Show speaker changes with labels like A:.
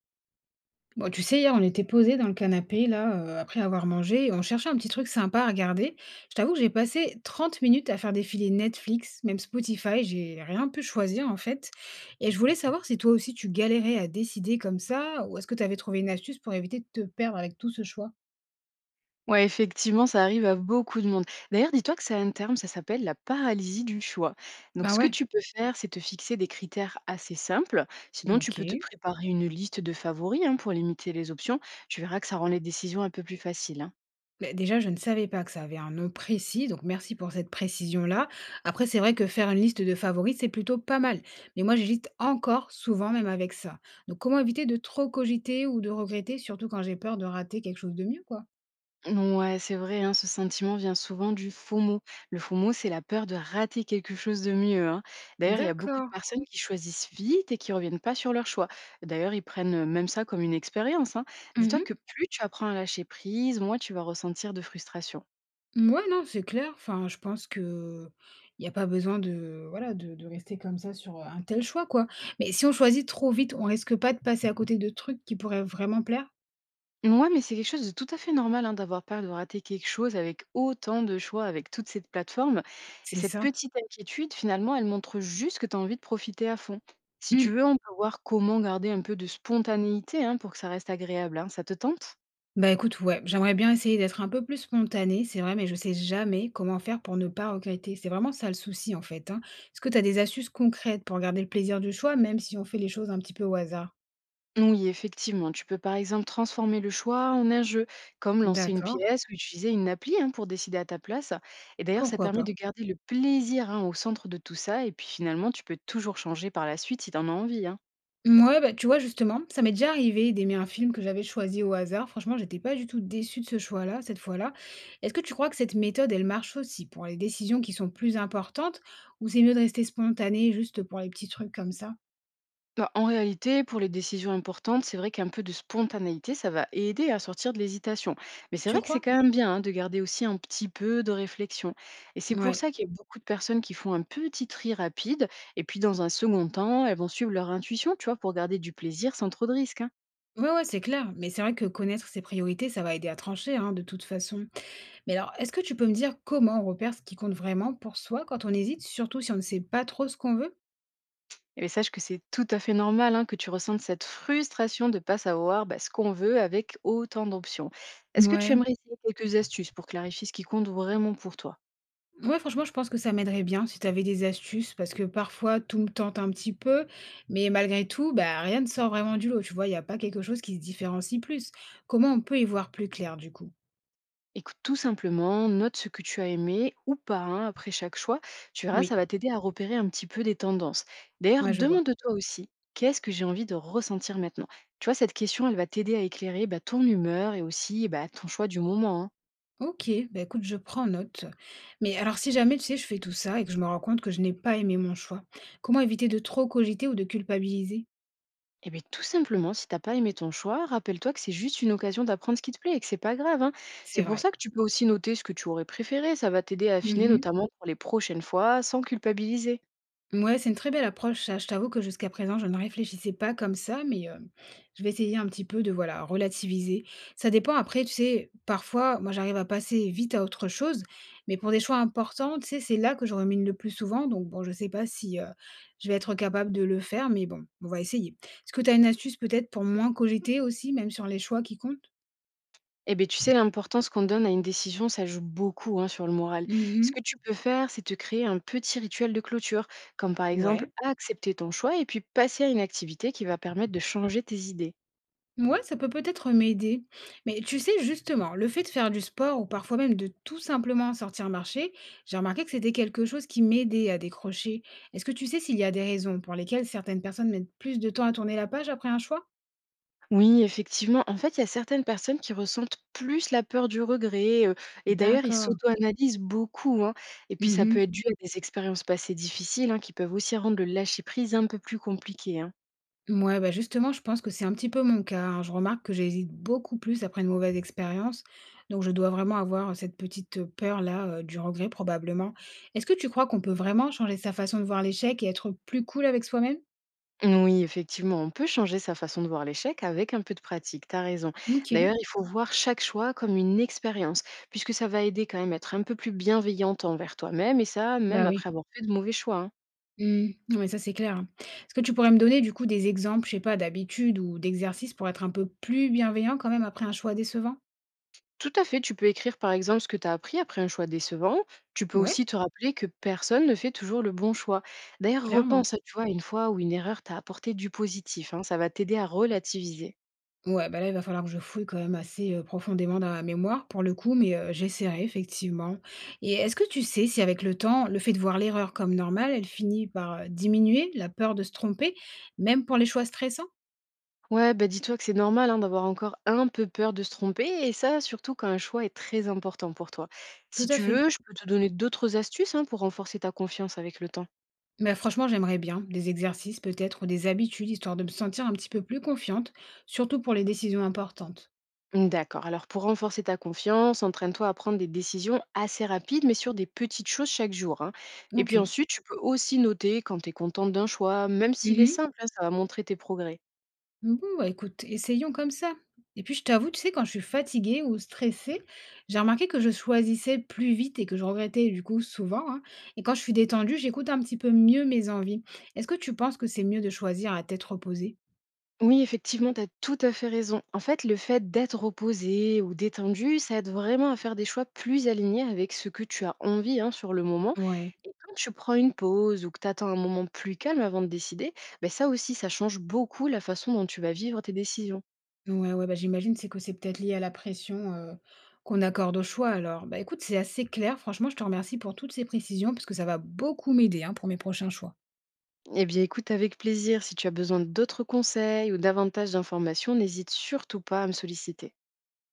A: Bon, tu sais, hier, on était posés dans le canapé, là, après avoir mangé et on cherchait un petit truc sympa à regarder. Je t'avoue que j'ai passé 30 minutes à faire défiler Netflix, même Spotify, j'ai rien pu choisir, en fait, et je voulais savoir si toi aussi tu galérais à décider comme ça ou est-ce que tu avais trouvé une astuce pour éviter de te perdre avec tout ce choix?
B: Ouais, effectivement, ça arrive à beaucoup de monde. D'ailleurs, dis-toi que ça a un terme, ça s'appelle la paralysie du choix. Donc,
A: Bah
B: ce que
A: ouais.
B: tu peux faire, c'est te fixer des critères assez simples. Sinon, tu peux te
A: OK.
B: préparer une liste de favoris, hein, pour limiter les options. Tu verras que ça rend les décisions un peu plus faciles, hein.
A: Beh, déjà, je ne savais pas que ça avait un nom précis, donc merci pour cette précision-là. Après, c'est vrai que faire une liste de favoris, c'est plutôt pas mal. Mais moi, j'hésite encore souvent, même avec ça. Donc, comment éviter de trop cogiter ou de regretter, surtout quand j'ai peur de rater quelque chose de mieux, quoi?
B: Ouais, c'est vrai, hein, ce sentiment vient souvent du FOMO. Le FOMO, c'est la peur de rater quelque chose de mieux, hein. D'ailleurs, il y a beaucoup de
A: D'accord.
B: personnes qui choisissent vite et qui reviennent pas sur leur choix. D'ailleurs, ils prennent même ça comme une expérience, hein. Dis-toi
A: Mhm.
B: que plus tu apprends à lâcher prise, moins tu vas ressentir de frustration.
A: Ouais, non, c'est clair. Enfin, je pense que il n'y a pas besoin de, voilà, de rester comme ça sur un tel choix, quoi. Mais si on choisit trop vite, on risque pas de passer à côté de trucs qui pourraient vraiment plaire.
B: Ouais, mais c'est quelque chose de tout à fait normal, hein, d'avoir peur de rater quelque chose avec autant de choix, avec toute cette plateforme et
A: C'est
B: cette
A: ça.
B: petite inquiétude, finalement, elle montre juste que tu as envie de profiter à fond. Si tu
A: Mmh.
B: veux, on peut voir comment garder un peu de spontanéité, hein, pour que ça reste agréable, hein. Ça te tente?
A: Bah, écoute, ouais, j'aimerais bien essayer d'être un peu plus spontanée, c'est vrai, mais je sais jamais comment faire pour ne pas regretter. C'est vraiment ça le souci, en fait, hein. Est-ce que tu as des astuces concrètes pour garder le plaisir du choix, même si on fait les choses un petit peu au hasard?
B: Oui, effectivement, tu peux par exemple transformer le choix en un jeu, comme lancer une
A: D'accord,
B: pièce ou utiliser une appli, hein, pour décider à ta place. Et d'ailleurs, ça
A: pourquoi
B: permet
A: pas?
B: de garder le plaisir, hein, au centre de tout ça et puis finalement, tu peux toujours changer par la suite si tu en as envie, hein.
A: Ouais, bah, tu vois, justement, ça m'est déjà arrivé d'aimer un film que j'avais choisi au hasard. Franchement, j'étais pas du tout déçue de ce choix-là, cette fois-là. Est-ce que tu crois que cette méthode, elle marche aussi pour les décisions qui sont plus importantes, ou c'est mieux de rester spontané juste pour les petits trucs comme ça?
B: Bah, en réalité, pour les décisions importantes, c'est vrai qu'un peu de spontanéité, ça va aider à sortir de l'hésitation. Mais c'est
A: Tu
B: vrai que c'est
A: crois?
B: quand même bien, hein, de garder aussi un petit peu de réflexion. Et c'est pour
A: Ouais.
B: ça qu'il y a beaucoup de personnes qui font un petit tri rapide, et puis dans un second temps, elles vont suivre leur intuition, tu vois, pour garder du plaisir sans trop de risques, hein.
A: Ouais, ouais, c'est clair. Mais c'est vrai que connaître ses priorités, ça va aider à trancher, hein, de toute façon. Mais alors, est-ce que tu peux me dire comment on repère ce qui compte vraiment pour soi quand on hésite, surtout si on ne sait pas trop ce qu'on veut?
B: Et sache que c'est tout à fait normal, hein, que tu ressentes cette frustration de pas savoir, bah, ce qu'on veut avec autant d'options. Est-ce que tu
A: Ouais.
B: aimerais essayer quelques astuces pour clarifier ce qui compte vraiment pour toi?
A: Ouais, franchement, je pense que ça m'aiderait bien si tu avais des astuces, parce que parfois, tout me tente un petit peu, mais malgré tout, bah, rien ne sort vraiment du lot. Tu vois, il n'y a pas quelque chose qui se différencie plus. Comment on peut y voir plus clair, du coup?
B: Écoute, tout simplement, note ce que tu as aimé ou pas, hein, après chaque choix. Tu verras, ça
A: Oui,
B: va t'aider à repérer un petit peu des tendances. D'ailleurs,
A: ouais, je vois.
B: demande-toi aussi, qu'est-ce que j'ai envie de ressentir maintenant? Tu vois, cette question, elle va t'aider à éclairer, bah, ton humeur et aussi, bah, ton choix du moment, hein.
A: OK, bah, écoute, je prends note. Mais alors si jamais, tu sais, je fais tout ça et que je me rends compte que je n'ai pas aimé mon choix, comment éviter de trop cogiter ou de culpabiliser?
B: Et bien tout simplement, si t'as pas aimé ton choix, rappelle-toi que c'est juste une occasion d'apprendre ce qui te plaît et que c'est pas grave, hein. C'est
A: C'est
B: pour
A: vrai.
B: ça que tu peux aussi noter ce que tu aurais préféré. Ça va t'aider à affiner notamment pour les prochaines fois sans culpabiliser.
A: Ouais, c'est une très belle approche ça. Je t'avoue que jusqu'à présent, je ne réfléchissais pas comme ça, mais je vais essayer un petit peu de, voilà, relativiser. Ça dépend après, tu sais, parfois, moi, j'arrive à passer vite à autre chose, mais pour des choix importants, tu sais, c'est là que je rumine le plus souvent, donc bon, je sais pas si, je vais être capable de le faire, mais bon, on va essayer. Est-ce que tu as une astuce peut-être pour moins cogiter aussi, même sur les choix qui comptent?
B: Eh beh, tu sais, l'importance qu'on donne à une décision, ça joue beaucoup, hein, sur le moral. Ce
A: Mmh.
B: que tu peux faire, c'est te créer un petit rituel de clôture, comme par exemple
A: Ouais.
B: accepter ton choix et puis passer à une activité qui va permettre de changer tes idées.
A: Ouais, ça peut peut-être m'aider. Mais tu sais, justement, le fait de faire du sport ou parfois même de tout simplement sortir marcher, j'ai remarqué que c'était quelque chose qui m'aidait à décrocher. Est-ce que tu sais s'il y a des raisons pour lesquelles certaines personnes mettent plus de temps à tourner la page après un choix?
B: Oui, effectivement. En fait, il y a certaines personnes qui ressentent plus la peur du regret, et d'ailleurs, ils
A: D'accord.
B: s'auto-analysent beaucoup, hein. Et puis, ça peut
A: Mhm.
B: être dû à des expériences passées difficiles, hein, qui peuvent aussi rendre le lâcher-prise un peu plus compliqué, hein.
A: Ouais, bah justement, je pense que c'est un petit peu mon cas, hein. Je remarque que j'hésite beaucoup plus après une mauvaise expérience. Donc, je dois vraiment avoir cette petite peur-là, du regret probablement. Est-ce que tu crois qu'on peut vraiment changer sa façon de voir l'échec et être plus cool avec soi-même?
B: Oui, effectivement, on peut changer sa façon de voir l'échec avec un peu de pratique, t'as raison.
A: OK.
B: D'ailleurs, il faut voir chaque choix comme une expérience, puisque ça va aider quand même à être un peu plus bienveillante envers toi-même, et ça, même
A: Bah oui.
B: après avoir fait de mauvais choix, hein.
A: Mmh. Non, mais ça, c'est clair, hein. Est-ce que tu pourrais me donner, du coup, des exemples, je sais pas, d'habitudes ou d'exercices pour être un peu plus bienveillant quand même après un choix décevant?
B: Tout à fait, tu peux écrire par exemple ce que tu as appris après un choix décevant. Tu peux
A: Ouais,
B: aussi te rappeler que personne ne fait toujours le bon choix. D'ailleurs,
A: clairement.
B: repense, tu vois, à une fois où une erreur t'a apporté du positif, hein, ça va t'aider à relativiser.
A: Ouais, bah là, il va falloir que je fouille quand même assez profondément dans ma mémoire pour le coup, mais j'essaierai effectivement. Et est-ce que tu sais si avec le temps, le fait de voir l'erreur comme normale, elle finit par diminuer la peur de se tromper, même pour les choix stressants?
B: Ouais, bah dis-toi que c'est normal, hein, d'avoir encore un peu peur de se tromper, et ça, surtout quand un choix est très important pour toi.
A: Tout
B: Si
A: à
B: tu
A: fait.
B: veux, je peux te donner d'autres astuces, hein, pour renforcer ta confiance avec le temps.
A: Mais franchement, j'aimerais bien des exercices peut-être ou des habitudes, histoire de me sentir un petit peu plus confiante, surtout pour les décisions importantes.
B: D'accord, alors pour renforcer ta confiance, entraîne-toi à prendre des décisions assez rapides, mais sur des petites choses chaque jour, hein. Et
A: OK.
B: puis ensuite, tu peux aussi noter quand tu es contente d'un choix, même s'il est
A: Mhm.
B: simple, hein, ça va montrer tes progrès.
A: Bon, bah, écoute, essayons comme ça. Et puis, je t'avoue, tu sais, quand je suis fatiguée ou stressée, j'ai remarqué que je choisissais plus vite et que je regrettais du coup souvent, hein. Et quand je suis détendue, j'écoute un petit peu mieux mes envies. Est-ce que tu penses que c'est mieux de choisir à tête reposée?
B: Oui, effectivement, tu as tout à fait raison. En fait, le fait d'être reposé ou détendu, ça aide vraiment à faire des choix plus alignés avec ce que tu as envie, hein, sur le moment.
A: Ouais.
B: Et quand tu prends une pause ou que tu attends un moment plus calme avant de décider, ben ça aussi, ça change beaucoup la façon dont tu vas vivre tes décisions.
A: Ouais, ouais, bah, j'imagine, c'est que c'est peut-être lié à la pression, qu'on accorde au choix alors. Bah, écoute, c'est assez clair. Franchement, je te remercie pour toutes ces précisions parce que ça va beaucoup m'aider, hein, pour mes prochains choix.
B: Eh bien, écoute avec plaisir. Si tu as besoin d'autres conseils ou davantage d'informations, n'hésite surtout pas à me solliciter.